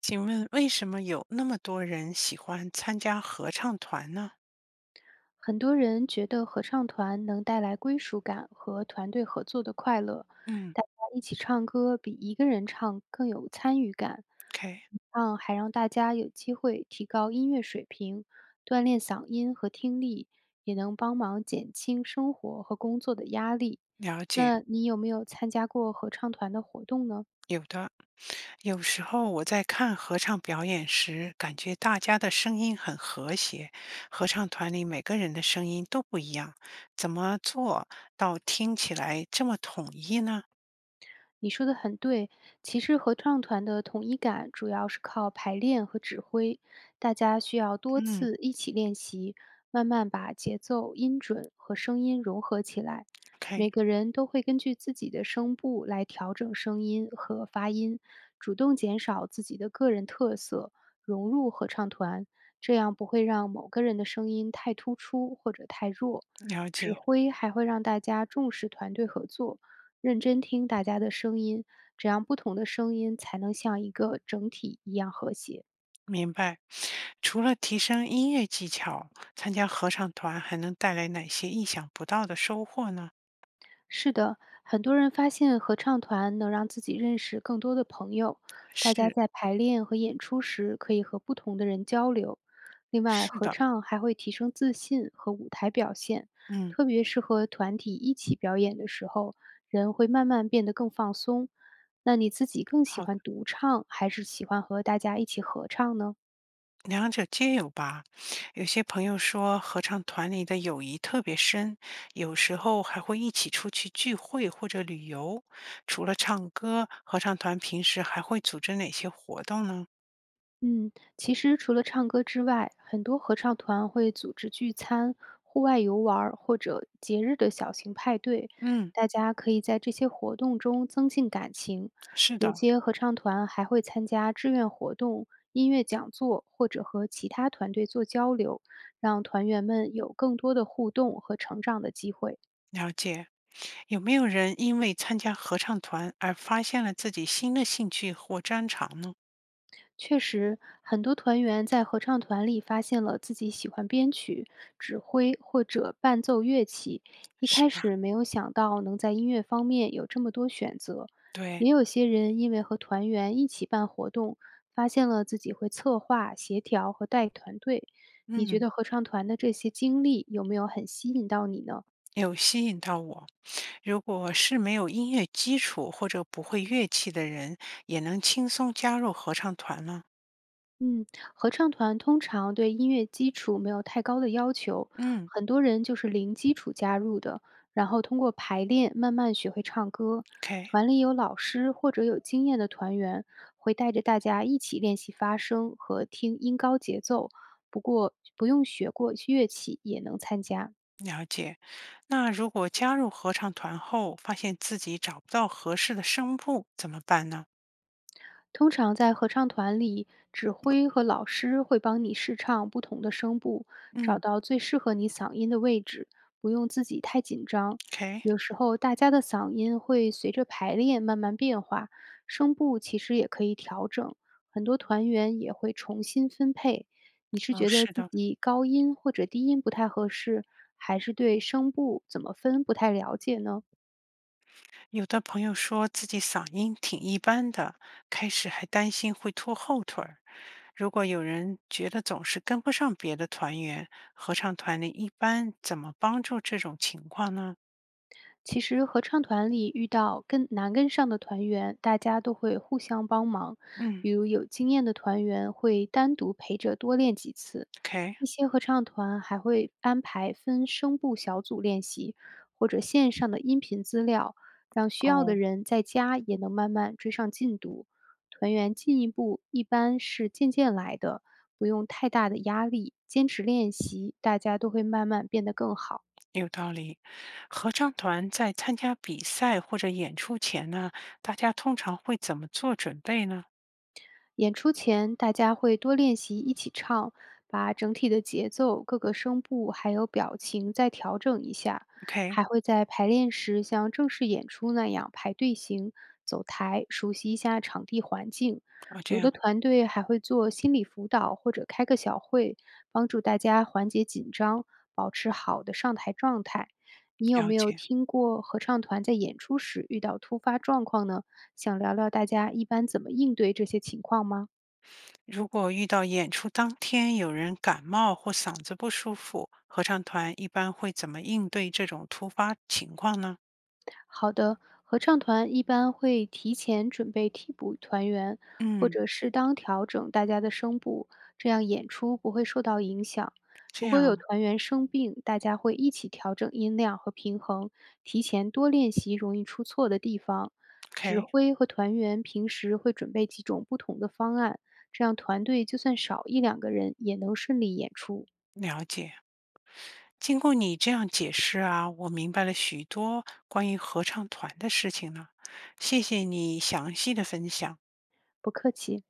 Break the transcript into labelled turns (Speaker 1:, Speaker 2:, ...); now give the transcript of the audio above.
Speaker 1: 请问为什么有那么多人喜欢参加合唱团呢？
Speaker 2: 很多人觉得合唱团能带来归属感和团队合作的快乐，
Speaker 1: 嗯
Speaker 2: 大家一起唱歌比一个人唱更有参与感，
Speaker 1: ，OK，
Speaker 2: 让大家有机会提高音乐水平，锻炼嗓音和听力，也能帮忙减轻生活和工作的压力。
Speaker 1: 了解。
Speaker 2: 那你有没有参加过合唱团的活动呢？
Speaker 1: 有的，有时候我在看合唱表演时，感觉大家的声音很和谐，合唱团里每个人的声音都不一样，怎么做到听起来这么统一呢？
Speaker 2: 你说的很对，其实合唱团的统一感主要是靠排练和指挥，大家需要多
Speaker 1: 嗯
Speaker 2: 次一起练习，慢慢把节奏、音准和声音融合起来。
Speaker 1: ，OK，
Speaker 2: 每个人都会根据自己的声部来调整声音和发音，主动减少自己的个人特色，融入合唱团，这样不会让某个人的声音太突出或者太弱。
Speaker 1: 了
Speaker 2: 指
Speaker 1: 解，
Speaker 2: 挥还会让大家重视团队合作。认真听大家的声音，这样不同的声音才能像一个整体一样和谐。
Speaker 1: 明白。除了提升音乐技巧，参加合唱团还能带来哪些意想不到的收获呢？
Speaker 2: 是的，很多人发现合唱团能让自己认识更多的朋友，大家
Speaker 1: 是
Speaker 2: 在排练和演出时可以和不同的人交流。另外，
Speaker 1: 是
Speaker 2: 合
Speaker 1: 的，
Speaker 2: 唱还会提升自信和舞台表现，
Speaker 1: 嗯，
Speaker 2: 特别是和团体一起表演的时候，人会慢慢变得更放松。那你自己更喜
Speaker 1: 好的，
Speaker 2: 欢独唱，还是喜欢和大家一起合唱呢？
Speaker 1: 两者皆有吧。有些朋友说，合唱团里的友谊特别深，有时候还会一起出去聚会或者旅游。除了唱歌，合唱团平时还会组织哪些活动呢？
Speaker 2: 嗯，其实除了唱歌之外，很多合唱团会组织聚餐、户外游玩儿或者节日的小型派对，
Speaker 1: 嗯，
Speaker 2: 大家可以在这些活动中增进感情。
Speaker 1: 是
Speaker 2: 有
Speaker 1: 的，
Speaker 2: 些合唱团还会参加志愿活动、音乐讲座，或者和其他团队做交流，让团员们有更多的互动和成长的机会。
Speaker 1: 了解。有没有人因为参加合唱团而发现了自己新的兴趣或专长呢？
Speaker 2: 确实，很多团员在合唱团里发现了自己喜欢编曲、指挥或者伴奏乐器，一
Speaker 1: 是
Speaker 2: 开
Speaker 1: 吧，
Speaker 2: 始没有想到能在音乐方面有这么多选择。
Speaker 1: 对，
Speaker 2: 也有些人因为和团员一起办活动，发现了自己会策划、协调和带团队。你觉
Speaker 1: 嗯，
Speaker 2: 得合唱团的这些经历有没有很吸引到你呢？
Speaker 1: 有吸引到我。如果是没有音乐基础或者不会乐器的人，也能轻松加入合唱团吗？
Speaker 2: 嗯，合唱团通常对音乐基础没有太高的要求，
Speaker 1: 嗯
Speaker 2: 很多人就是零基础加入的，然后通过排练慢慢学会唱歌。
Speaker 1: ，OK，
Speaker 2: 团里有老师或者有经验的团员会带着大家一起练习发声和听音高节奏，不过不用学过乐器也能参加。
Speaker 1: 了解。那如果加入合唱团后，发现自己找不到合适的声部，怎么办呢？
Speaker 2: 通常在合唱团里，指挥和老师会帮你试唱不同的声部，找
Speaker 1: 嗯
Speaker 2: 到最适合你嗓音的位置，不用自己太紧张。
Speaker 1: ，OK，
Speaker 2: 有时候大家的嗓音会随着排练慢慢变化，声部其实也可以调整，很多团员也会重新分配。你是
Speaker 1: 哦，
Speaker 2: 觉得
Speaker 1: 是
Speaker 2: 自
Speaker 1: 的，
Speaker 2: 己高音或者低音不太合适，还是对声部怎么分不太了解呢？
Speaker 1: 有的朋友说自己嗓音挺一般的，开始还担心会拖后腿儿。如果有人觉得总是跟不上别的团员，合唱团里一般怎么帮助这种情况呢？
Speaker 2: 其实合唱团里遇到跟难跟上的团员，大家都会互相帮忙。
Speaker 1: 嗯。
Speaker 2: 比如有经验的团员会单独陪着多练几次，
Speaker 1: OK，
Speaker 2: 一些合唱团还会安排分声部小组练习，或者线上的音频资料，让需要的
Speaker 1: 哦，
Speaker 2: 人在家也能慢慢追上进度。团员进一步一般是渐渐来的，不用太大的压力，坚持练习，大家都会慢慢变得更好。
Speaker 1: 有道理。合唱团在参加比赛或者演出前呢，大家通常会怎么做准备呢
Speaker 2: 演出前，大家会多练习一起唱，把整体的节奏、各个声部还有表情再调整一下，
Speaker 1: ？OK，
Speaker 2: 还会在排练时像正式演出那样排队形、走台，熟悉一下场地环境。
Speaker 1: 哦，这
Speaker 2: 有
Speaker 1: 样
Speaker 2: 的团队还会做心理辅导或者开个小会，帮助大家缓解紧张，保持好的上台状态。你有
Speaker 1: 了
Speaker 2: 没有
Speaker 1: 解。
Speaker 2: 听过合唱团在演出时遇到突发状况呢？想聊聊大家一般怎么应对这些情况吗？
Speaker 1: 如果遇到演出当天有人感冒或嗓子不舒服，合唱团一般会怎么应对这种突发情况呢？
Speaker 2: 好的，合唱团一般会提前准备替补团员，或
Speaker 1: 嗯，
Speaker 2: 者适当调整大家的声部，这样演出不会受到影响。
Speaker 1: 这
Speaker 2: 如果有
Speaker 1: 样
Speaker 2: 团员生病，大家会一起调整音量和平衡，提前多练习容易出错的地方。指
Speaker 1: OK，
Speaker 2: 挥和团员平时会准备几种不同的方案，这样团队就算少一两个人也能顺利演出。
Speaker 1: 了解。经过你这样解释啊，我明白了许多关于合唱团的事情了。谢谢你详细的分享。
Speaker 2: 不客气。